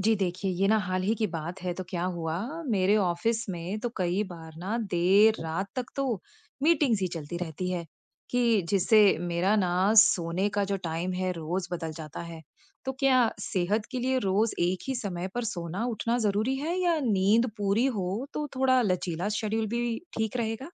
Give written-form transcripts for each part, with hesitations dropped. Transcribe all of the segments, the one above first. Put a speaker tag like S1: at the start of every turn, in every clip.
S1: जी देखिए, ये ना हाल ही की बात है तो क्या हुआ मेरे ऑफिस में तो कई बार ना देर रात तक तो मीटिंग्स ही चलती रहती है कि जिससे मेरा ना सोने का जो टाइम है रोज बदल जाता है। तो क्या सेहत के लिए रोज एक ही समय पर सोना उठना ज़रूरी है या नींद पूरी हो तो थोड़ा लचीला शेड्यूल भी ठीक रहेगा?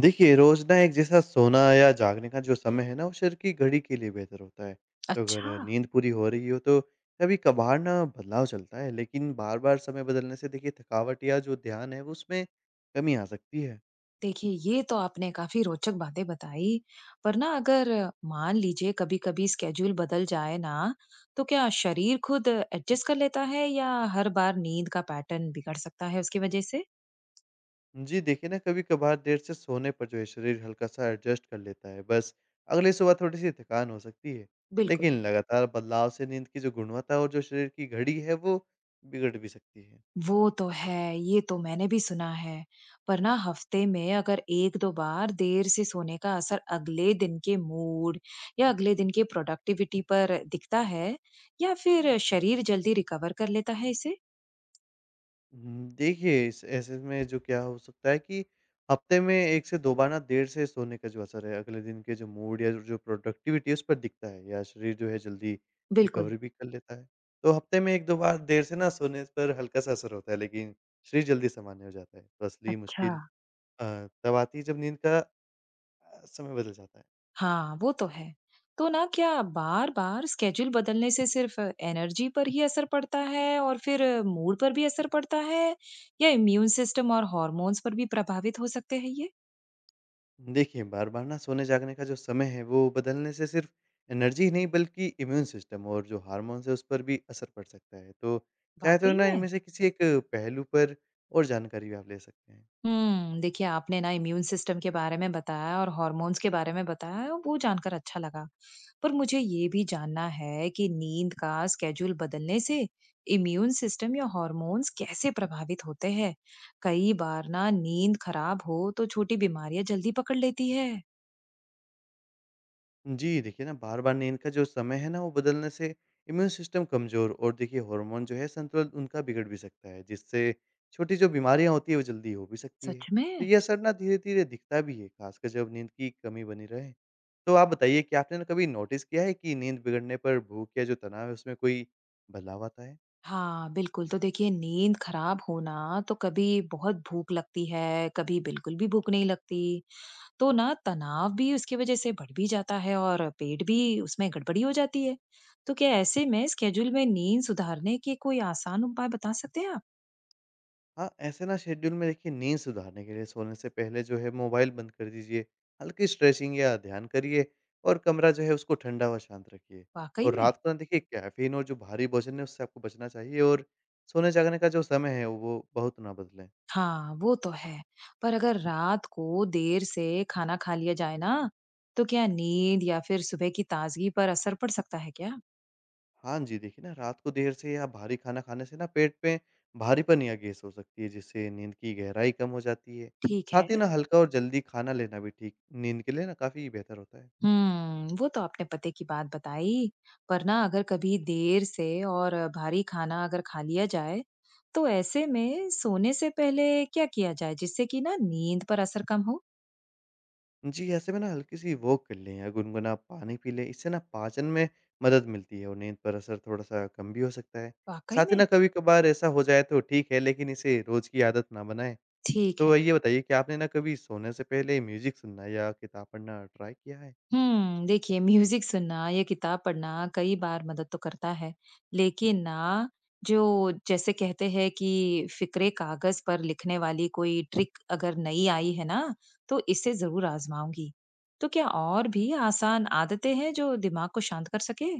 S2: देखिए, रोज़ ना एक जैसा सोना या जागने का जो समय है ना, वो शरीर की घड़ी के लिए बेहतर होता है। तो
S1: अच्छा।
S2: अगर नींद पूरी हो रही हो, तो कभी-कभार ना बदलाव चलता है, लेकिन बार-बार समय बदलने से देखिए थकावट या जो ध्यान है, वो उसमें कमी आ सकती है।
S1: देखिए, ये तो आपने काफ़ी रोचक बातें बताई, पर ना अगर मान लीजिए कभी-कभी स्केड्यूल बदल जाए ना, तो क्या शरीर खुद एडजस्ट कर लेता है या हर बार नींद का पैटर्न बिगड़ सकता है उसकी वजह से?
S2: जी, देखिए ना कभी-कभार देर से सोने पर जो है शरीर हल्का-सा एडजस्ट कर लेता है, बस अगली सुबह थोड़ी-सी थकान हो सकती है।
S1: बिल्कुल।
S2: लेकिन लगातार बदलाव से नींद की जो गुणवत्ता और जो शरीर की घड़ी है, वो बिगड़ भी सकती है।
S1: वो तो है, ये तो मैंने भी सुना है। पर ना हफ्ते में अगर 1-2 बार देर से सोने का असर अगले दिन के मूड या अगले दिन की प्रोडक्टिविटी पर दिखता है या फिर शरीर जल्दी रिकवर कर लेता है इसे?
S2: देखिए इस ऐसे में जो क्या हो सकता है कि हफ्ते में 1 से 2 बार ना देर से सोने का जो असर है, अगले दिन के जो मूड या जो प्रोडक्टिविटी है उस पर दिखता है या शरीर जो है जल्दी
S1: बिल्कुल।
S2: रिकवरी भी कर लेता है। तो हफ्ते में 1-2 बार देर से ना सोने पर हल्का-सा असर होता है, लेकिन शरीर जल्दी सामान्य हो जाता है। तो असली
S1: अच्छा।
S2: मुश्किल अ, तब आती है जब नींद का समय बदल जाता है।
S1: हाँ, वो तो है। तो ना क्या बार-बार स्केड्यूल बदलने से सिर्फ एनर्जी पर ही असर पड़ता है और फिर मूड पर भी असर पड़ता है या इम्यून सिस्टम और हॉर्मोन्स पर भी प्रभावित हो सकते हैं ये?
S2: देखिए, बार-बार ना सोने-जागने का जो समय है, वो बदलने से सिर्फ़ एनर्जी ही नहीं बल्कि इम्यून सिस्टम और जो हार्मोन्स है, उस पर भी असर पड़ सकता है। तो चाहे तो
S1: वाक़ई
S2: ना
S1: में?
S2: इनमें से किसी एक पहलू पर और जानकारी भी आप ले सकते हैं।
S1: देखिए आपने ना इम्यून सिस्टम के बारे में बताया और हॉर्मोन्स के बारे में बताया वो जानकर अच्छा लगा। पर मुझे ये भी जानना है कि नींद का स्केड्यूल बदलने से इम्यून सिस्टम या हॉर्मोन्स कैसे प्रभावित होते हैं। कई बार ना नींद खराब हो तो छोटी बीमारियां जल्दी पकड़ लेती है।
S2: जी, देखिए ना बार-बार नींद का जो समय है ना, वो बदलने से इम्यून सिस्टम कमज़ोर और देखिए हार्मोन जो है संतुलन उनका बिगड़ भी सकता है, जिससे छोटी जो बीमारियाँ होती हैं वो जल्दी हो भी सकती है।
S1: सच
S2: तो
S1: में।
S2: ये असर ना धीरे-धीरे दिखता भी है, खासकर जब नींद की कमी बनी रहे। तो आप बताइए कि आपने ना कभी नोटिस किया है कि नींद बिगड़ने पर भूख या जो तनाव है उसमें कोई बदलाव आता है?
S1: हाँ बिल्कुल, तो देखिए नींद खराब होना तो कभी बहुत भूख लगती है कभी बिल्कुल भी भूख नहीं लगती। तो ना तनाव भी उसकी वजह से बढ़ भी जाता है और पेट भी उसमें गड़बड़ी हो जाती है। तो क्या ऐसे में स्केड्यूल में नींद सुधारने के कोई आसान उपाय बता सकते हैं आप?
S2: हाँ, ऐसे ना शेड्यूल में देखिए नींद सुधारने के लिए सोने से पहले जो है मोबाइल बंद कर दीजिए, हल्की स्ट्रेचिंग या ध्यान करिए और कमरा जो है उसको ठंडा व शांत रखिए।
S1: वाक़ई
S2: और
S1: में?
S2: रात को ना देखिए कैफ़ीन और जो भारी भोजन है उससे आपको बचना चाहिए, और सोने-जागने का जो समय है वो बहुत ना बदलें।
S1: हाँ, वो तो है। पर अगर रात को देर से खाना खा लिया जाए ना, तो क्या नींद या फिर सुबह की ताज़गी पर असर पड़ सकता है क्या?
S2: हाँ जी, देखिए ना रात को देर से या भारी खाना खाने से ना पेट में भारीपन या गैस हो सकती है, जिससे नींद की गहराई कम हो जाती है।
S1: ठीक है।
S2: साथ ही ना हल्का और जल्दी खाना लेना भी ठीक नींद के लिए ना काफ़ी बेहतर होता है।
S1: वो तो आपने पते की बात बताई। पर ना अगर कभी देर से और भारी खाना अगर खा लिया जाए तो ऐसे में सोने से पहले क्या किया जाए जिससे कि ना नींद पर असर कम हो।
S2: जी, ऐसे में ना हल्की-सी वॉक कर लें या गुनगुना पानी पी लें, इससे ना पाचन में मदद मिलती है और नींद पर असर थोड़ा-सा कम भी हो सकता है।
S1: वाकई
S2: साथ ही
S1: में।
S2: ना कभी-कभार ऐसा हो जाए तो ठीक है, लेकिन इसे रोज़ की आदत ना बनाएँ।
S1: ठीक
S2: तो
S1: है।
S2: ये बताइए कि आपने ना कभी सोने से पहले म्यूज़िक सुनना या किताब पढ़ना ट्राई किया है?
S1: देखिए म्यूजिक सुनना या किताब पढ़ना कई बार मदद तो करता है, लेकिन ना जो जैसे कहते हैं कि फिक्रे कागज पर लिखने वाली कोई ट्रिक अगर नई आई है ना तो इसे जरूर आजमाऊंगी। तो क्या और भी आसान आदतें हैं जो दिमाग को शांत कर सके?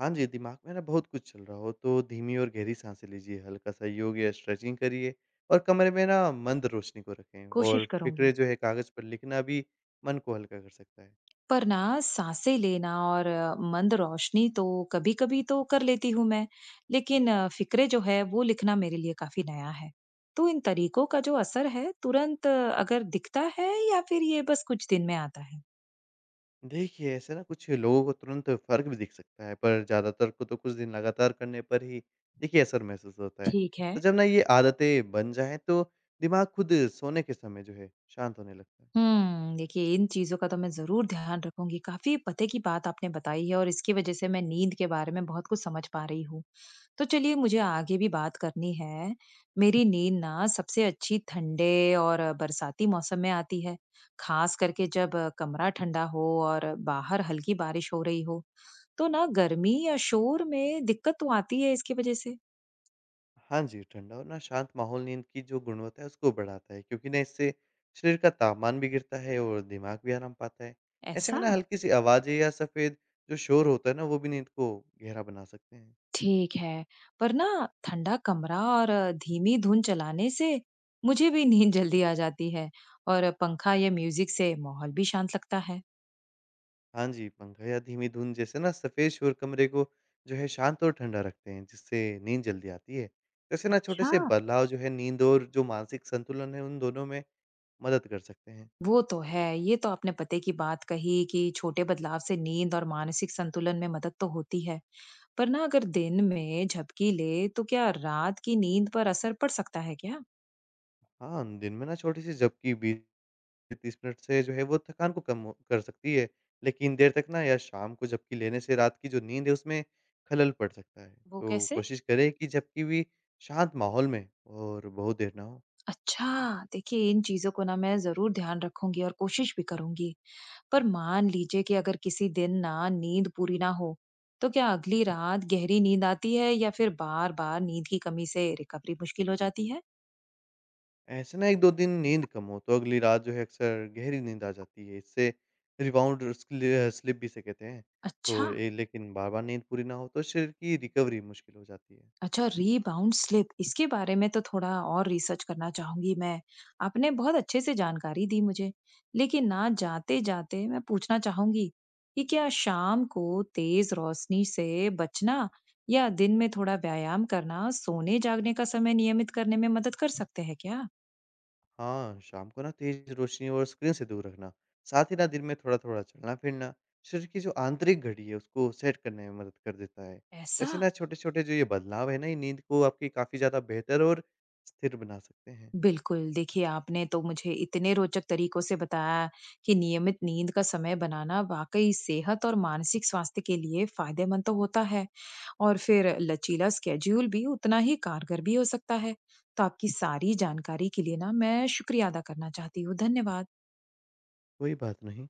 S2: हाँ जी, दिमाग में ना बहुत कुछ चल रहा हो तो धीमी और गहरी साँसें लीजिए, हल्का-सा योग या स्ट्रेचिंग करिए और कमरे में ना मंद रोशनी को रखें, और
S1: कोशिश
S2: फ़िक्रें
S1: करूंगी।
S2: जो है कागज़ पर लिखना भी मन को हल्का कर सकता है।
S1: पर ना साँसें लेना और मंद रोशनी तो कभी-कभी तो कर लेती हूँ मैं, लेकिन फ़िक्रे जो है वो लिखना मेरे लिए काफ़ी नया है। तो इन तरीकों का जो असर है तुरंत अगर दिखता है या फिर ये बस कुछ दिन में आता है?
S2: देखिए, ऐसे ना कुछ लोगों को तुरंत फ़र्क भी दिख सकता है, पर ज़्यादातर को तो कुछ दिन लगातार करने पर ही देखिए असर महसूस होता है।
S1: ठीक है।
S2: तो जब ना ये आदतें बन जाएँ, तो दिमाग खुद सोने के समय जो है शांत होने लगता है।
S1: देखिए इन चीज़ों का तो मैं ज़रूर ध्यान रखूँगी। काफ़ी पते की बात आपने बताई है और इसकी वजह से मैं नींद के बारे में बहुत कुछ समझ पा रही हूँ। तो चलिए मुझे आगे भी बात करनी है। मेरी नींद ना सबसे अच्छी ठंडे और बरसाती मौसम में आती है, खास करके जब कमरा ठंडा हो और बाहर हल्की बारिश हो रही हो। तो ना गर्मी या शोर में दिक्कत तो आती है इसकी वजह से।
S2: हाँ जी, ठंडा और ना शांत माहौल नींद की जो गुणवत्ता है उसको बढ़ाता है, क्योंकि ना इससे शरीर का तापमान भी गिरता है और दिमाग भी आराम पाता है। ऐसे
S1: ऐसा?
S2: में ना हल्की-सी आवाज़ें या सफ़ेद जो शोर होता है ना वो भी नींद को गहरा बना सकते हैं।
S1: ठीक है। पर ना ठंडा कमरा और धीमी धुन चलाने से मुझे भी नींद जल्दी आ जाती है और पंखा या म्यूज़िक से माहौल भी शांत लगता है।
S2: हाँ जी, पंखा या धीमी धुन जैसे ना सफ़ेद शोर कमरे को जो है शांत और ठंडा रखते हैं, जिससे नींद जल्दी आती है। ऐसे ना
S1: अच्छा।
S2: छोटे-से बदलाव जो है नींद और जो मानसिक संतुलन है, उन दोनों में मदद कर सकते हैं।
S1: वो तो है। ये तो आपने पते की बात कही कि छोटे बदलाव से नींद और मानसिक संतुलन में मदद तो होती है। पर ना अगर दिन में झपकी ले तो क्या रात की नींद पर असर पड़ सकता है क्या?
S2: हाँ, दिन में ना छोटी-सी झपकी 20 से 30 मिनट से जो है वो थकान को कर सकती है, लेकिन देर तक ना या शाम को झपकी लेने से रात की जो नींद है, उसमें खलल पड़ सकता है।
S1: वो
S2: तो
S1: कैसे?
S2: कोशिश करें कि झपकी भी शांत माहौल में और बहुत देर ना हो।
S1: अच्छा, देखिए इन चीज़ों को ना मैं ज़रूर ध्यान रखूँगी और कोशिश भी करूँगी। पर मान लीजिए कि अगर किसी दिन ना नींद पूरी ना हो, तो क्या अगली रात गहरी नींद आती है या फिर बार-बार नींद की कमी से रिकवरी मुश्किल हो जाती है?
S2: ऐसे ना 1-2 दिन नींद कम हो तो अगली रात जो है अक्सर गहरी नींद आ जाती है। इससे रिबाउंड स्लिप भी इसे कहते हैं। तो
S1: अच्छा।
S2: ए लेकिन बार-बार नींद पूरी ना हो तो शरीर की रिकवरी मुश्किल हो जाती है।
S1: अच्छा, रीबाउंड स्लिप, इसके बारे में तो थोड़ा और रिसर्च करना चाहूंगी मैं। आपने बहुत अच्छे से जानकारी दी मुझे, लेकिन ना जाते जाते मैं पूछना चाहूंगी कि क्या शाम को तेज रोशनी से बचना या दिन में थोड़ा व्यायाम करना सोने जागने का समय नियमित करने में मदद कर सकते हैं क्या?
S2: हाँ, शाम को ना तेज़ रोशनी और स्क्रीन से दूर रखना, साथ ही ना दिन में थोड़ा-थोड़ा चलना-फिरना, शरीर की जो आंतरिक घड़ी है उसको सेट करने में मदद कर देता है।
S1: ऐसा।
S2: ऐसे ना छोटे-छोटे जो ये बदलाव है ना, ये नींद को आपकी काफ़ी ज़्यादा बेहतर और स्थिर बना सकते हैं।
S1: बिल्कुल, देखिए आपने तो मुझे इतने रोचक तरीकों से बताया कि नियमित नींद का समय बनाना वाक़ई सेहत और मानसिक स्वास्थ्य के लिए फ़ायदेमंद तो होता है और फिर लचीला स्केड्यूल भी उतना ही कारगर भी हो सकता है। तो आपकी सारी जानकारी के लिए ना मैं शुक्रिया अदा करना चाहती हूँ। धन्यवाद।
S2: कोई बात नहीं।